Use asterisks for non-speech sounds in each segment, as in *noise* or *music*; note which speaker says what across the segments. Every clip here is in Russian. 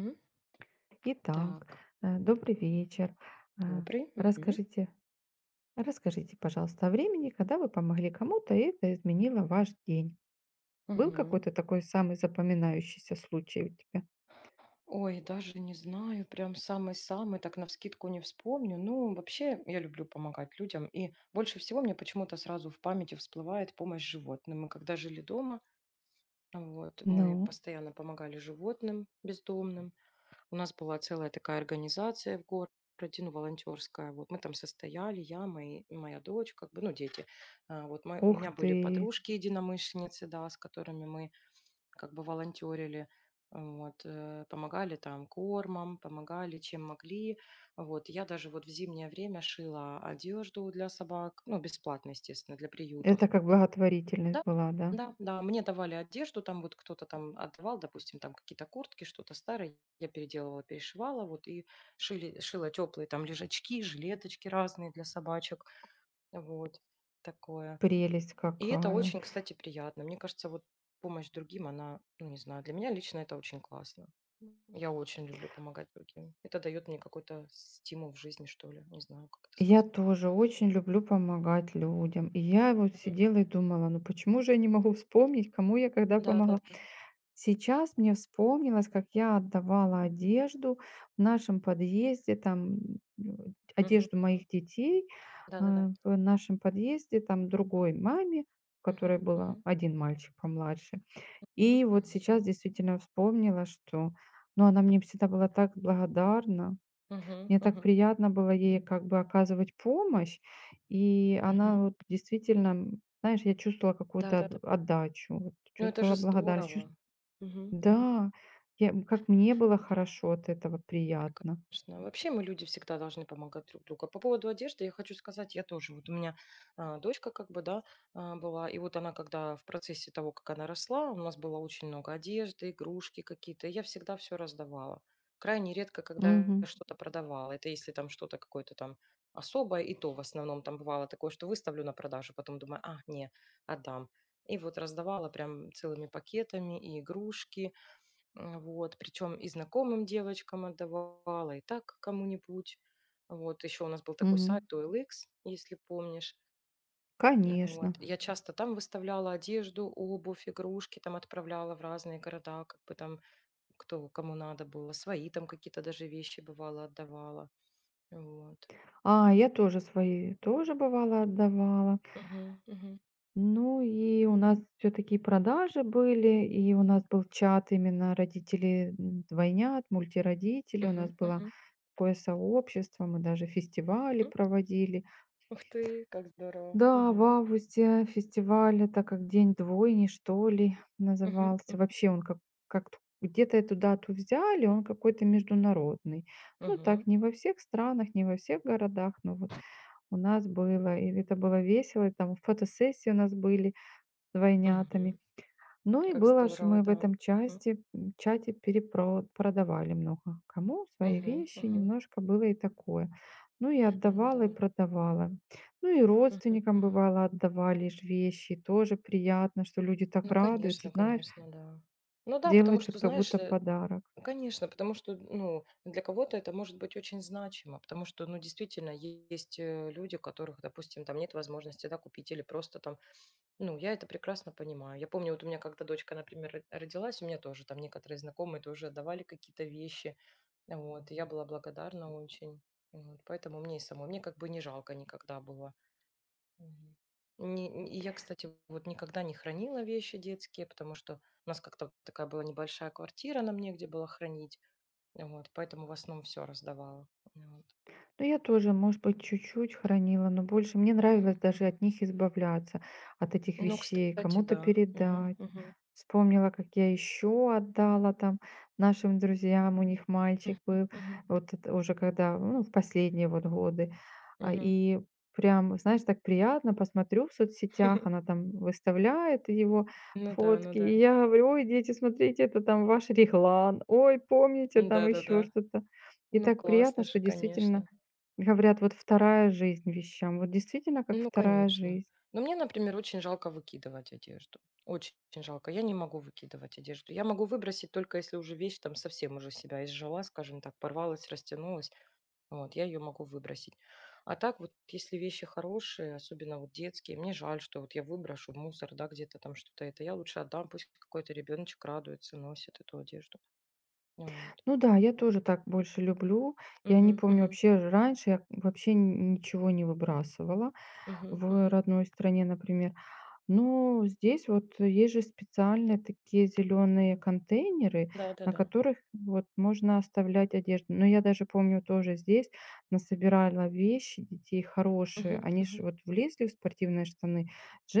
Speaker 1: М,
Speaker 2: Итак,
Speaker 1: Так,
Speaker 2: добрый вечер. А,
Speaker 1: добрый. Мгм.
Speaker 2: расскажите расскажите, пожалуйста, о времени, когда вы помогли кому-то, и это изменило ваш день. Был
Speaker 1: Мгм.
Speaker 2: какой-то такой самый запоминающийся случай у тебя?
Speaker 1: Ой, даже не знаю, прям самый-самый, так навскидку не вспомню. Ну, вообще, я люблю помогать людям. И больше всего мне почему-то сразу в памяти всплывает помощь животным. Мы когда жили дома, вот, мы
Speaker 2: Ну,
Speaker 1: постоянно помогали животным бездомным. У нас была целая такая организация в городе, ну, волонтерская. Вот мы там состояли, я, моя дочь, как бы, ну, дети. Вот мы, у
Speaker 2: ух
Speaker 1: меня были
Speaker 2: ты!
Speaker 1: подружки-единомышленницы, да, с которыми мы как бы волонтерили, вот, помогали там кормом, помогали чем могли. Вот, я даже вот в зимнее время шила одежду для собак, ну, бесплатно, естественно, для приютов.
Speaker 2: Это как
Speaker 1: Да,
Speaker 2: благотворительность была, да?
Speaker 1: да, да, мне давали одежду, там вот кто-то там отдавал, допустим, там какие-то куртки, что-то старое, я переделывала, перешивала, вот, и шила теплые там лежачки, жилеточки разные для собачек, вот, такое.
Speaker 2: Прелесть
Speaker 1: И это
Speaker 2: какая!
Speaker 1: очень, кстати, приятно. Мне кажется, вот помощь другим, она, ну, не знаю, для меня лично это очень классно. Я очень люблю помогать другим. Это дает мне какой-то стимул в жизни, что ли. Не знаю, как это
Speaker 2: Я
Speaker 1: сказать.
Speaker 2: тоже очень люблю помогать людям. И я вот
Speaker 1: Мгм.
Speaker 2: сидела и думала: "Ну почему же я не могу вспомнить, кому я когда
Speaker 1: Да, да,
Speaker 2: помогла?"
Speaker 1: да.
Speaker 2: Сейчас мне вспомнилось, как я отдавала одежду в нашем подъезде, там,
Speaker 1: Мгм,
Speaker 2: одежду
Speaker 1: мгм.
Speaker 2: моих детей,
Speaker 1: Да, да, да.
Speaker 2: в нашем подъезде, там, другой маме, у
Speaker 1: Мгм,
Speaker 2: которой было
Speaker 1: мгм,
Speaker 2: один мальчик помладше.
Speaker 1: мгм,
Speaker 2: И вот
Speaker 1: мгм,
Speaker 2: сейчас действительно вспомнила, что, ну, она мне всегда была так благодарна.
Speaker 1: мгм,
Speaker 2: Мне так
Speaker 1: мгм,
Speaker 2: приятно было ей как бы оказывать помощь. И
Speaker 1: мгм.
Speaker 2: она вот действительно, знаешь, я чувствовала
Speaker 1: Да,
Speaker 2: какую-то
Speaker 1: да, да.
Speaker 2: от отдачу, вот
Speaker 1: Ну это же
Speaker 2: чувствовала благодарность,
Speaker 1: здорово. Мгм, мгм.
Speaker 2: да, как мне было хорошо от этого, приятно.
Speaker 1: Конечно. Вообще мы люди всегда должны помогать друг другу. А по поводу одежды я хочу сказать, я тоже. Вот у меня дочка как бы, да, была, и вот она когда в процессе того, как она росла, у нас было очень много одежды, игрушки какие-то, и я всегда все раздавала. Крайне редко, когда я
Speaker 2: Мгм,
Speaker 1: что-то продавала. Это если там что-то какое-то там особое, и то в основном там бывало такое, что выставлю на продажу, потом думаю, а, не, отдам. И вот раздавала прям целыми пакетами и игрушки, вот, причем и знакомым девочкам отдавала, и так кому-нибудь. Вот, еще у нас был такой
Speaker 2: мгм.
Speaker 1: сайт OLX, если помнишь.
Speaker 2: Конечно.
Speaker 1: Вот. Я часто там выставляла одежду, обувь, игрушки, там отправляла в разные города, как бы там, кто кому надо было, свои там какие-то даже вещи бывало отдавала. Вот.
Speaker 2: Я тоже свои тоже бывало отдавала.
Speaker 1: Мгм, мгм,
Speaker 2: Ну и у нас все-таки продажи были, и у нас был чат именно родителей двойнят, мультиродителей, у
Speaker 1: мгм,
Speaker 2: нас было
Speaker 1: мгм.
Speaker 2: такое сообщество, мы даже фестивали
Speaker 1: М,
Speaker 2: проводили.
Speaker 1: Ух ты, как здорово.
Speaker 2: Да, в
Speaker 1: Мгм,
Speaker 2: августе фестиваль, это как День двойни, что ли,
Speaker 1: мгм, м,
Speaker 2: назывался. Вообще как где-то эту дату взяли, он какой-то международный. Ну
Speaker 1: мгм,
Speaker 2: так, не во всех странах, не во всех городах, но вот у нас было, и это было весело, и там фотосессии у нас были с
Speaker 1: мгм.
Speaker 2: двойнятами. Ну и
Speaker 1: Как
Speaker 2: было же
Speaker 1: здорово,
Speaker 2: мы в
Speaker 1: да.
Speaker 2: этом
Speaker 1: Мгм,
Speaker 2: чате перепродавали много кому свои
Speaker 1: мгм,
Speaker 2: вещи,
Speaker 1: мгм.
Speaker 2: немножко было и такое. Ну и
Speaker 1: Ну да.
Speaker 2: отдавала, и продавала. Ну и
Speaker 1: Мгм,
Speaker 2: родственникам
Speaker 1: мгм.
Speaker 2: бывало отдавали ж вещи, тоже приятно, что люди так
Speaker 1: Ну,
Speaker 2: радуются,
Speaker 1: конечно,
Speaker 2: знаешь,
Speaker 1: конечно, да. Ну да, потому
Speaker 2: сделать
Speaker 1: что,
Speaker 2: вот как
Speaker 1: знаешь,
Speaker 2: будто подарок.
Speaker 1: конечно, потому что, ну, для кого-то это может быть очень значимо, потому что, ну, действительно, есть люди, у которых, допустим, там нет возможности, да, купить или просто там, ну, я это прекрасно понимаю. Я помню, вот у меня когда дочка, например, родилась, у меня тоже там некоторые знакомые тоже отдавали какие-то вещи, вот, и я была благодарна очень, вот, поэтому мне и самой, мне как бы не жалко никогда было. Мгм. Не н и я, кстати, вот никогда не хранила вещи детские, потому что у нас как-то такая была небольшая квартира, нам негде было хранить. Вот, поэтому в основном все раздавала. Вот.
Speaker 2: Ну, я тоже, может быть, чуть-чуть хранила, но больше мне
Speaker 1: Мгм,
Speaker 2: нравилось даже
Speaker 1: мгм.
Speaker 2: от них избавляться, от этих
Speaker 1: Ну,
Speaker 2: вещей,
Speaker 1: кстати,
Speaker 2: кому-то
Speaker 1: да. Мгм,
Speaker 2: передать.
Speaker 1: мгм.
Speaker 2: Вспомнила, как я еще отдала там нашим друзьям, у них
Speaker 1: Мгм,
Speaker 2: мальчик был,
Speaker 1: мгм,
Speaker 2: вот это уже когда, ну, в последние вот годы. А,
Speaker 1: мгм.
Speaker 2: И прям, знаешь, так приятно, посмотрю в соцсетях, она
Speaker 1: *laughs*
Speaker 2: там выставляет его
Speaker 1: Ну да, ну
Speaker 2: фотки, и
Speaker 1: да.
Speaker 2: я говорю, ой, дети, смотрите, это там ваш реглан, ой, помните, там еще
Speaker 1: Да-да-да.
Speaker 2: что-то. И
Speaker 1: Ну
Speaker 2: так приятно,
Speaker 1: классно
Speaker 2: что
Speaker 1: же,
Speaker 2: действительно
Speaker 1: конечно.
Speaker 2: говорят, вот вторая жизнь вещам. Вот действительно, как
Speaker 1: Ну,
Speaker 2: вторая
Speaker 1: конечно.
Speaker 2: жизнь.
Speaker 1: Но мне, например, очень жалко выкидывать одежду. Очень жалко. Я не могу выкидывать одежду. Я могу выбросить только если уже вещь там совсем уже себя изжила, скажем так, порвалась, растянулась. Вот, я ее могу выбросить. А так вот, если вещи хорошие, особенно вот детские, мне жаль, что вот я выброшу в мусор, да, где-то там что-то это. Я лучше отдам, пусть какой-то ребеночек радуется, носит эту одежду. Вот.
Speaker 2: Ну да, я тоже так больше люблю. Я не
Speaker 1: Мгм,
Speaker 2: помню
Speaker 1: мгм,
Speaker 2: вообще, раньше я вообще ничего не выбрасывала
Speaker 1: мгм,
Speaker 2: в
Speaker 1: мгм.
Speaker 2: родной стране, например. Но здесь вот есть же специальные такие зеленые контейнеры,
Speaker 1: Да, да,
Speaker 2: на
Speaker 1: да.
Speaker 2: которых вот можно оставлять одежду. Но я даже помню тоже здесь насобирала вещи детей
Speaker 1: Мгм,
Speaker 2: хорошие. Они же
Speaker 1: мгм.
Speaker 2: вот влезли в спортивные штаны,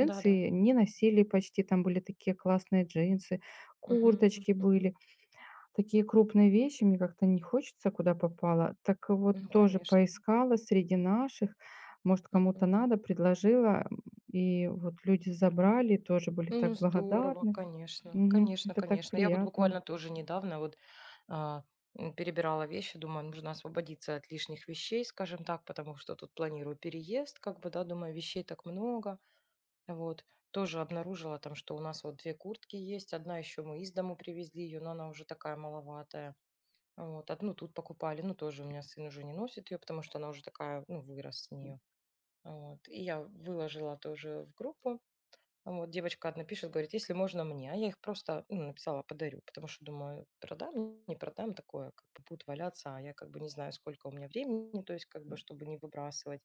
Speaker 1: Да, да.
Speaker 2: не носили почти, там были такие классные джинсы,
Speaker 1: Мгм,
Speaker 2: курточки
Speaker 1: мгм.
Speaker 2: были. Такие крупные вещи мне как-то не хочется, куда попало. Так вот
Speaker 1: Ну,
Speaker 2: тоже
Speaker 1: конечно.
Speaker 2: поискала среди наших, может, кому-то
Speaker 1: Мгм.
Speaker 2: надо, предложила, и вот люди забрали, тоже были
Speaker 1: Ну,
Speaker 2: так
Speaker 1: здорово,
Speaker 2: благодарны.
Speaker 1: конечно.
Speaker 2: Мгм.
Speaker 1: Конечно,
Speaker 2: Это так
Speaker 1: конечно. Я вот
Speaker 2: приятно.
Speaker 1: буквально тоже недавно вот а, перебирала вещи, думаю, нужно освободиться от лишних вещей, скажем так, потому что тут планирую переезд, как бы, да, думаю, вещей так много. Вот. Тоже обнаружила там, что у нас вот две куртки есть, одна еще мы из дому привезли ее, но она уже такая маловатая. Вот. Одну тут покупали, ну, тоже у меня сын уже не носит ее, потому что она уже такая, ну, вырос с нее. Вот. И я выложила тоже в группу. Вот девочка одна пишет, говорит: "Если можно мне". А я их просто, ну, написала: "Подарю". Потому что думаю: продам, ну, не продам, такое как бы будут валяться, а я как бы не знаю, сколько у меня времени, то есть как бы чтобы не выбрасывать.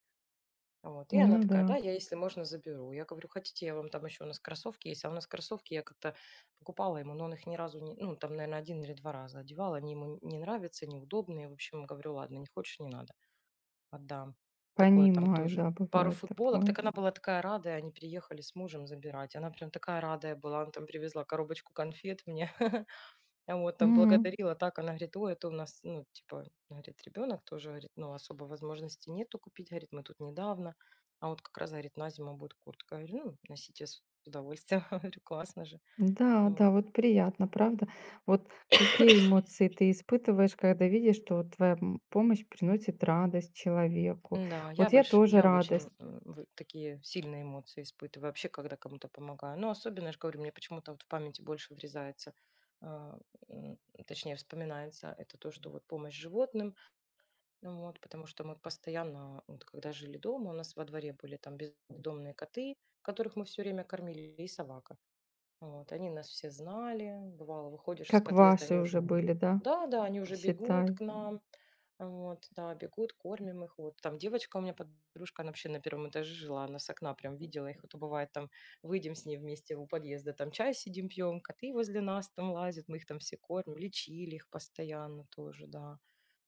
Speaker 1: Вот. И она
Speaker 2: Ну да,
Speaker 1: такая: "Да, я, если можно, заберу". Я говорю: "Хотите, я вам там еще у нас кроссовки есть". А у нас кроссовки я как-то покупала ему, но он их ни разу не, ну, там, наверное, 1 или 2 раза одевала. Они ему не нравятся, неудобные. В общем, говорю: "Ладно, не хочешь, не надо". Отдам. Такое там
Speaker 2: понимаю,
Speaker 1: тоже.
Speaker 2: да,
Speaker 1: Пару
Speaker 2: бывает
Speaker 1: футболок.
Speaker 2: такое.
Speaker 1: Так она была такая радая, они приехали с мужем забирать. Она прям такая радая была, она там привезла коробочку конфет мне. *laughs* А вот там
Speaker 2: Мгм.
Speaker 1: благодарила так, она говорит, ой, это у нас, ну, типа, говорит, ребенок тоже, говорит, ну, особо возможности нету купить, говорит, мы тут недавно, а вот как раз, говорит, на зиму будет куртка. Я говорю, ну, носите с удовольствием, *laughs* говорю, классно же.
Speaker 2: Да,
Speaker 1: Вот.
Speaker 2: да, вот приятно, правда? Вот какие эмоции ты испытываешь, когда видишь, что вот твоя помощь приносит радость человеку?
Speaker 1: Да,
Speaker 2: Вот я тоже
Speaker 1: я
Speaker 2: радость,
Speaker 1: очень, в такие сильные эмоции испытываю вообще, когда кому-то помогаю. Но особенно, я же говорю, мне почему-то вот в памяти больше врезается, а, м, точнее вспоминается, это то, что вот помощь животным, ну вот, потому что мы постоянно, вот когда жили дома, у нас во дворе были там бездомные коты, которых мы все время кормили, и собака. Вот, они нас все знали, бывало, выходишь из
Speaker 2: как
Speaker 1: подъезда, они
Speaker 2: ваши уже
Speaker 1: уже
Speaker 2: были, да?
Speaker 1: да-да, они уже бегут
Speaker 2: Считай.
Speaker 1: к нам. Вот, да, бегут, кормим их. Вот там девочка у меня подружка, она вообще на первом этаже жила, она с окна прям видела их. А то бывает там выйдем с ней вместе у подъезда, там чай сидим пьем, коты возле нас там лазят, мы их там все кормим, лечили их постоянно тоже, да.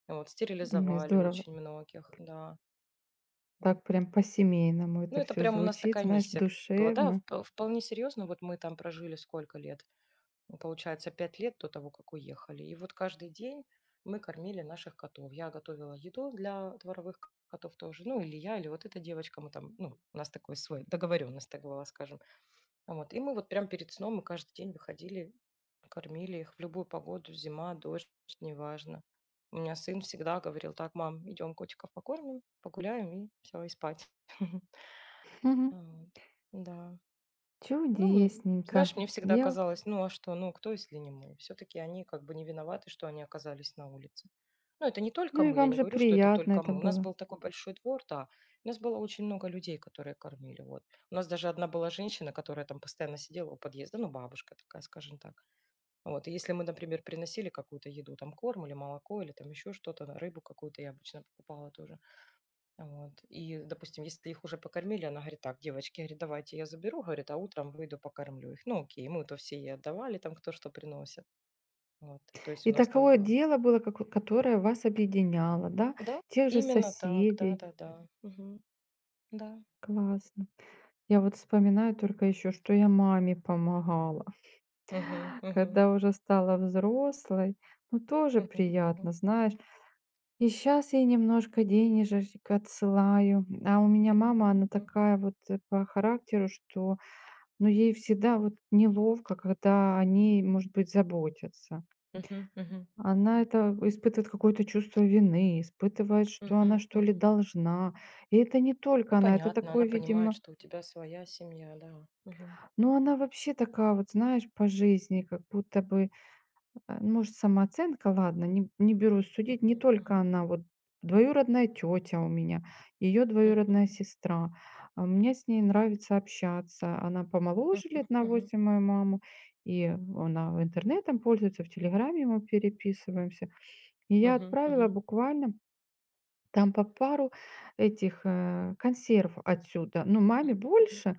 Speaker 1: Вот
Speaker 2: Ой,
Speaker 1: стерилизовали
Speaker 2: здорово.
Speaker 1: очень многих, да. М.
Speaker 2: Так прям по-семейному
Speaker 1: Ну
Speaker 2: это
Speaker 1: это
Speaker 2: все
Speaker 1: прям у нас
Speaker 2: звучит,
Speaker 1: такая
Speaker 2: знаешь,
Speaker 1: миссия была, да,
Speaker 2: душевно.
Speaker 1: вполне серьезно. Вот мы там прожили сколько лет? Ну, получается, 5 лет до того, как уехали. И вот каждый день мы кормили наших котов. Я готовила еду для дворовых котов тоже. Ну, или я, или вот эта девочка. Мы там, ну, у нас такой свой договоренность, так была, скажем. Вот. И мы вот прям перед сном мы каждый день выходили, кормили их в любую погоду, зима, дождь, неважно. У меня сын всегда говорил, так, мам, идем котиков покормим, погуляем и все, и спать. *laughs*
Speaker 2: Мгм.
Speaker 1: Вот. Да. Ну,
Speaker 2: Чудесненько.
Speaker 1: знаешь, мне всегда
Speaker 2: Я
Speaker 1: казалось, ну а что, ну кто, если не мы? Все-таки они как бы не виноваты, что они оказались на улице. Ну, это не только
Speaker 2: ну и
Speaker 1: мы, я
Speaker 2: вам
Speaker 1: не
Speaker 2: же
Speaker 1: говорю, что это
Speaker 2: приятно
Speaker 1: только
Speaker 2: это
Speaker 1: мы. У нас
Speaker 2: было.
Speaker 1: был такой большой двор, да. У нас было очень много людей, которые кормили. Вот. У нас даже одна была женщина, которая там постоянно сидела у подъезда, ну, бабушка такая, скажем так. Вот. И если мы, например, приносили какую-то еду, там корм или молоко, или там еще что-то, рыбу какую-то я обычно покупала тоже, вот. И, допустим, если их уже покормили, она говорит, так, девочки, говорит, давайте я заберу, говорит, а утром выйду покормлю их. Ну, окей, мы то все ей отдавали, там кто что приносит. Вот. То есть
Speaker 2: И
Speaker 1: у нас там
Speaker 2: такое
Speaker 1: было.
Speaker 2: дело было, како которое вас объединяло, да?
Speaker 1: Да,
Speaker 2: Тех же
Speaker 1: именно так, да,
Speaker 2: соседей.
Speaker 1: да, да. Мгм. Да.
Speaker 2: Классно. Я вот вспоминаю только еще, что я маме помогала,
Speaker 1: Мгм,
Speaker 2: *laughs*
Speaker 1: мгм,
Speaker 2: когда уже стала взрослой. Ну, тоже
Speaker 1: мгм, мгм,
Speaker 2: приятно, знаешь. И сейчас я немножко денежек отсылаю. А у меня мама, она такая вот, по характеру, что, ну, ей всегда вот неловко, когда о ней, может быть, заботятся.
Speaker 1: мгм, мгм, мгм,
Speaker 2: Она это испытывает какое-то чувство вины, испытывает, что она,
Speaker 1: мгм,
Speaker 2: что ли,
Speaker 1: мгм.
Speaker 2: должна. И это не
Speaker 1: Ну,
Speaker 2: только она, это
Speaker 1: понятно, она
Speaker 2: такой,
Speaker 1: понимает,
Speaker 2: видимо.
Speaker 1: что у тебя своя семья, да. Мгм,
Speaker 2: Ну, она вообще такая вот, знаешь, по жизни, как будто бы. Может, самооценка, ладно, не берусь судить. Не
Speaker 1: мгм,
Speaker 2: только
Speaker 1: мгм,
Speaker 2: она, вот двоюродная тетя у меня, ее
Speaker 1: мгм,
Speaker 2: двоюродная сестра. Мне с ней нравится общаться. Она
Speaker 1: мгм,
Speaker 2: помоложе лет на
Speaker 1: мгм,
Speaker 2: восемь мою маму, и она интернетом пользуется, в "Телеграме" мы переписываемся. И я
Speaker 1: мгм,
Speaker 2: отправила
Speaker 1: мгм,
Speaker 2: буквально там по пару этих консерв отсюда. Ну,
Speaker 1: мгм,
Speaker 2: маме
Speaker 1: мгм.
Speaker 2: больше,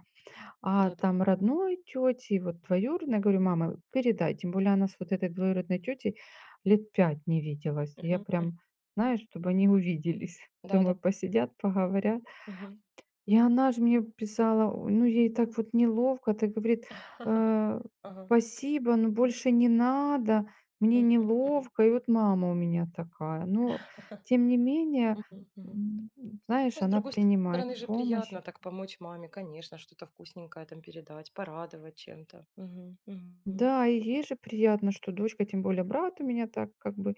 Speaker 2: а
Speaker 1: Да, да.
Speaker 2: там родной тети и вот двоюродной, говорю: "Мама, передай". Тем более она с вот этой двоюродной тетей лет 5 не виделась. И я
Speaker 1: Мгм, мгм.
Speaker 2: прям, знаешь, чтобы они увиделись. *laughs*
Speaker 1: Да, да.
Speaker 2: Думаю, посидят, поговорят.
Speaker 1: Мгм.
Speaker 2: И она ж мне писала, о ну, ей так вот неловко, так говорит:
Speaker 1: *laughs*
Speaker 2: "Э,
Speaker 1: Ага.
Speaker 2: спасибо, но больше не надо, мне
Speaker 1: Мгм, мгм.
Speaker 2: неловко". И вот мама у меня такая. Но
Speaker 1: *laughs*
Speaker 2: тем не менее,
Speaker 1: Мгм, мгм.
Speaker 2: м, знаешь,
Speaker 1: Ну, с
Speaker 2: она
Speaker 1: другой
Speaker 2: принимает
Speaker 1: стороны же
Speaker 2: помощь.
Speaker 1: приятно так помочь маме, конечно, что-то вкусненькое там передать, порадовать чем-то. Мгм, мгм,
Speaker 2: Да, и ей же приятно, что дочка, тем более брат у меня так как бы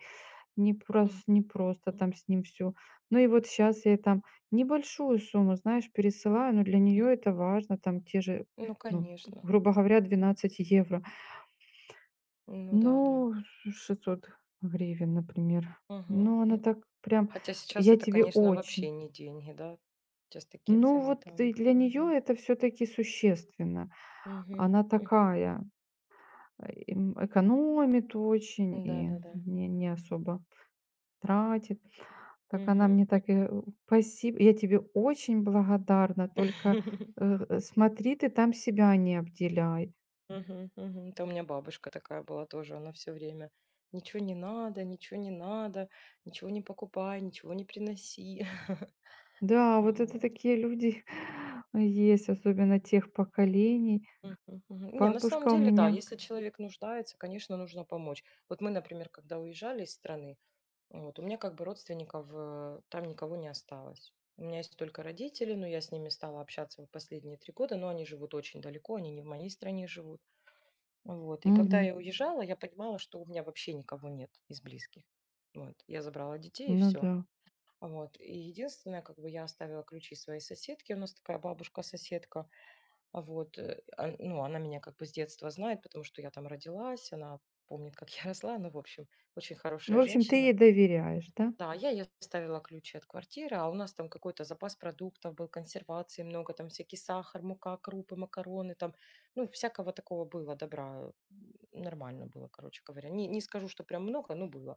Speaker 1: мгм,
Speaker 2: не просто
Speaker 1: м.
Speaker 2: там с ним все. Ну и вот сейчас я ей там небольшую сумму, знаешь, пересылаю, но для нее это важно, там те же,
Speaker 1: Ну,
Speaker 2: ну,
Speaker 1: конечно.
Speaker 2: грубо говоря, 12 евро.
Speaker 1: Ну да,
Speaker 2: Ну,
Speaker 1: да.
Speaker 2: ш 600 гривен, например.
Speaker 1: Мгм,
Speaker 2: Ну, она
Speaker 1: м.
Speaker 2: так прям:
Speaker 1: Хотя сейчас
Speaker 2: "Я
Speaker 1: это,
Speaker 2: тебе
Speaker 1: конечно, вообще
Speaker 2: очень".
Speaker 1: не деньги, да? Сейчас такие
Speaker 2: Ну,
Speaker 1: цены
Speaker 2: вот и
Speaker 1: там.
Speaker 2: для нее
Speaker 1: Мгм,
Speaker 2: это все таки существенно.
Speaker 1: мгм,
Speaker 2: Она
Speaker 1: м.
Speaker 2: такая, экономит очень и
Speaker 1: Да-да-да.
Speaker 2: не особо тратит. Так она
Speaker 1: Мгм,
Speaker 2: мне
Speaker 1: м.
Speaker 2: так и, спасибо, я тебе очень благодарна, только,
Speaker 1: *laughs*
Speaker 2: смотри, ты там себя не обделяй.
Speaker 1: Мгм, мгм. Это у меня бабушка такая была тоже, она все время: "Ничего не надо, ничего не надо, ничего не покупай, ничего не приноси". *laughs*
Speaker 2: Да, вот это
Speaker 1: вот.
Speaker 2: такие люди *laughs* есть, особенно тех поколений.
Speaker 1: Мгм, мгм. Не, на самом
Speaker 2: Бабушка у
Speaker 1: деле, да,
Speaker 2: меня
Speaker 1: если человек нуждается, конечно, нужно помочь. Вот мы, например, когда уезжали из страны, вот, у меня как бы родственников, там никого не осталось. У меня есть только родители, но я с ними стала общаться в последние 3 года, но они живут очень далеко, они не в моей стране живут. Вот. И когда
Speaker 2: мгм,
Speaker 1: я уезжала, я понимала, что у меня вообще никого нет из близких. Вот. Я забрала детей и
Speaker 2: ну
Speaker 1: все.
Speaker 2: да.
Speaker 1: Вот. И единственное, как бы я оставила ключи своей соседке. У нас такая бабушка-соседка. Вот. Ну, она меня как бы с детства знает, потому что я там родилась, она помнит, как *laughs* я росла. Ну, в общем, очень
Speaker 2: Ну, в
Speaker 1: хорошая
Speaker 2: общем, ты ей
Speaker 1: женщина.
Speaker 2: доверяешь, да?
Speaker 1: Да, я ей оставила ключи от квартиры, а у нас там какой-то запас продуктов был, консервации много, там всякий сахар, мука, крупы, макароны, там, ну, всякого такого было добра. Нормально было, короче говоря. Не, не скажу, что прям много, но было.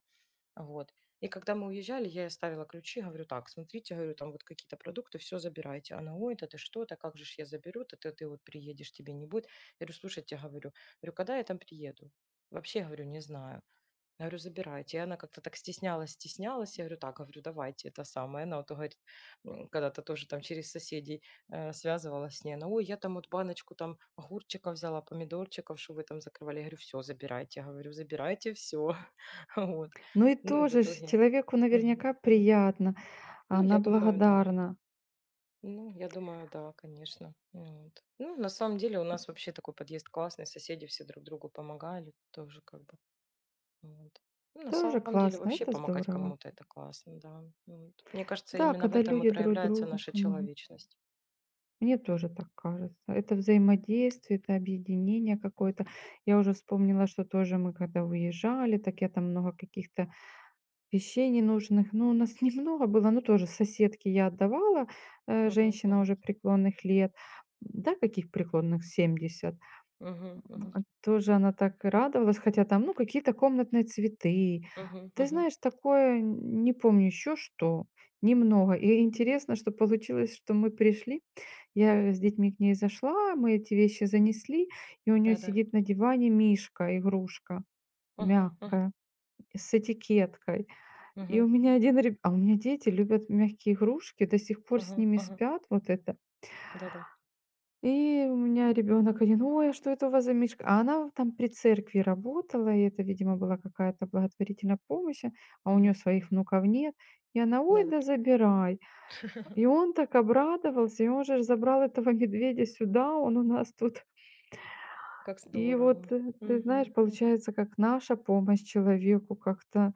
Speaker 1: Вот. И когда мы уезжали, я ей оставила ключи, говорю, так, смотрите, говорю, там вот какие-то продукты, все забирайте. Она, ой, да ты что, да как же ж я заберу, да ты, ты вот приедешь, тебе не будет. Я говорю, слушайте, говорю, говорю, когда я там приеду? Вообще, говорю, не знаю. Я говорю: "Забирайте". И она как-то так стеснялась. Я говорю: "Так", говорю, "давайте это самое". Она вот говорит, когда-то тоже там через соседей, связывалась с ней. Она: "Ой, я там вот баночку там огурчиков взяла, помидорчиков, что вы там закрывали". Я говорю: все, забирайте". Я говорю: "Забирайте все. *laughs* Вот.
Speaker 2: Ну и
Speaker 1: Ну и в
Speaker 2: тоже ж
Speaker 1: итоге
Speaker 2: человеку
Speaker 1: мгм,
Speaker 2: наверняка
Speaker 1: мгм.
Speaker 2: приятно, а
Speaker 1: Ну, я
Speaker 2: она
Speaker 1: думаю, да.
Speaker 2: благодарна.
Speaker 1: Ну, я думаю, да, конечно. Вот. Ну, на самом деле у нас вообще такой подъезд классный, соседи все друг другу помогали тоже как бы. Вот. Ну, на
Speaker 2: Тоже
Speaker 1: самом деле
Speaker 2: классно,
Speaker 1: вообще
Speaker 2: это
Speaker 1: помогать
Speaker 2: здорово.
Speaker 1: кому-то- это классно, да. Вот. Мне кажется,
Speaker 2: Да,
Speaker 1: именно в
Speaker 2: когда
Speaker 1: этом и
Speaker 2: люди друг
Speaker 1: проявляется
Speaker 2: другу
Speaker 1: наша
Speaker 2: помогают.
Speaker 1: человечность.
Speaker 2: Мне тоже
Speaker 1: Вот.
Speaker 2: так кажется. Это взаимодействие, это объединение
Speaker 1: М.
Speaker 2: какое-то. Я уже вспомнила, что тоже мы когда уезжали, так я там много каких-то вещей ненужных. Ну, у нас *laughs* немного было, ну тоже соседки я отдавала,
Speaker 1: Мгм,
Speaker 2: женщина уже
Speaker 1: мгм,
Speaker 2: преклонных лет. Да, каких преклонных? Семьдесят
Speaker 1: мгм, мгм,
Speaker 2: тоже она так и радовалась, хотя там, ну, какие-то комнатные цветы.
Speaker 1: мгм,
Speaker 2: Ты
Speaker 1: мгм.
Speaker 2: знаешь, такое, н не помню еще что, немного. И интересно, что получилось, что мы пришли, я с детьми к ней зашла, мы эти вещи занесли, и у нее
Speaker 1: Да-да.
Speaker 2: сидит на диване мишка, игрушка
Speaker 1: Мгм, мгм,
Speaker 2: мягкая, с этикеткой. И
Speaker 1: мгм,
Speaker 2: у меня один реб а у меня дети любят мягкие игрушки, до сих пор с
Speaker 1: мгм,
Speaker 2: ними
Speaker 1: мгм.
Speaker 2: спят, вот это.
Speaker 1: Да-да.
Speaker 2: И у меня ребенок, 1: "Ой, а что это у вас за мишка?" А она там при церкви работала, и это, видимо, была какая-то благотворительная помощь, а у
Speaker 1: Мгм,
Speaker 2: нее своих
Speaker 1: мгм.
Speaker 2: внуков нет. И она: "Ой,
Speaker 1: Да-да.
Speaker 2: да забирай". И
Speaker 1: *laughs*
Speaker 2: он так обрадовался, и он же забрал этого *laughs* медведя сюда, он у нас тут.
Speaker 1: Как
Speaker 2: И вот,
Speaker 1: здорово.
Speaker 2: ты знаешь,
Speaker 1: Мгм, мгм.
Speaker 2: получается, как наша помощь человеку как-то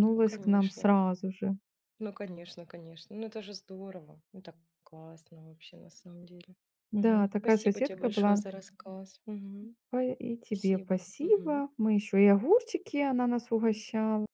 Speaker 1: Ну,
Speaker 2: к нам
Speaker 1: конечно.
Speaker 2: сразу же.
Speaker 1: Ну, конечно, конечно. Ну, это же здорово. Ну, так классно вообще на самом деле.
Speaker 2: Да,
Speaker 1: Мгм.
Speaker 2: такая
Speaker 1: Спасибо тебе
Speaker 2: соседка
Speaker 1: большое
Speaker 2: была.
Speaker 1: за рассказ. Мгм.
Speaker 2: Ой, и тебе
Speaker 1: Спасибо. Мгм.
Speaker 2: спасибо. Мы еще и огурчики она нас угощала.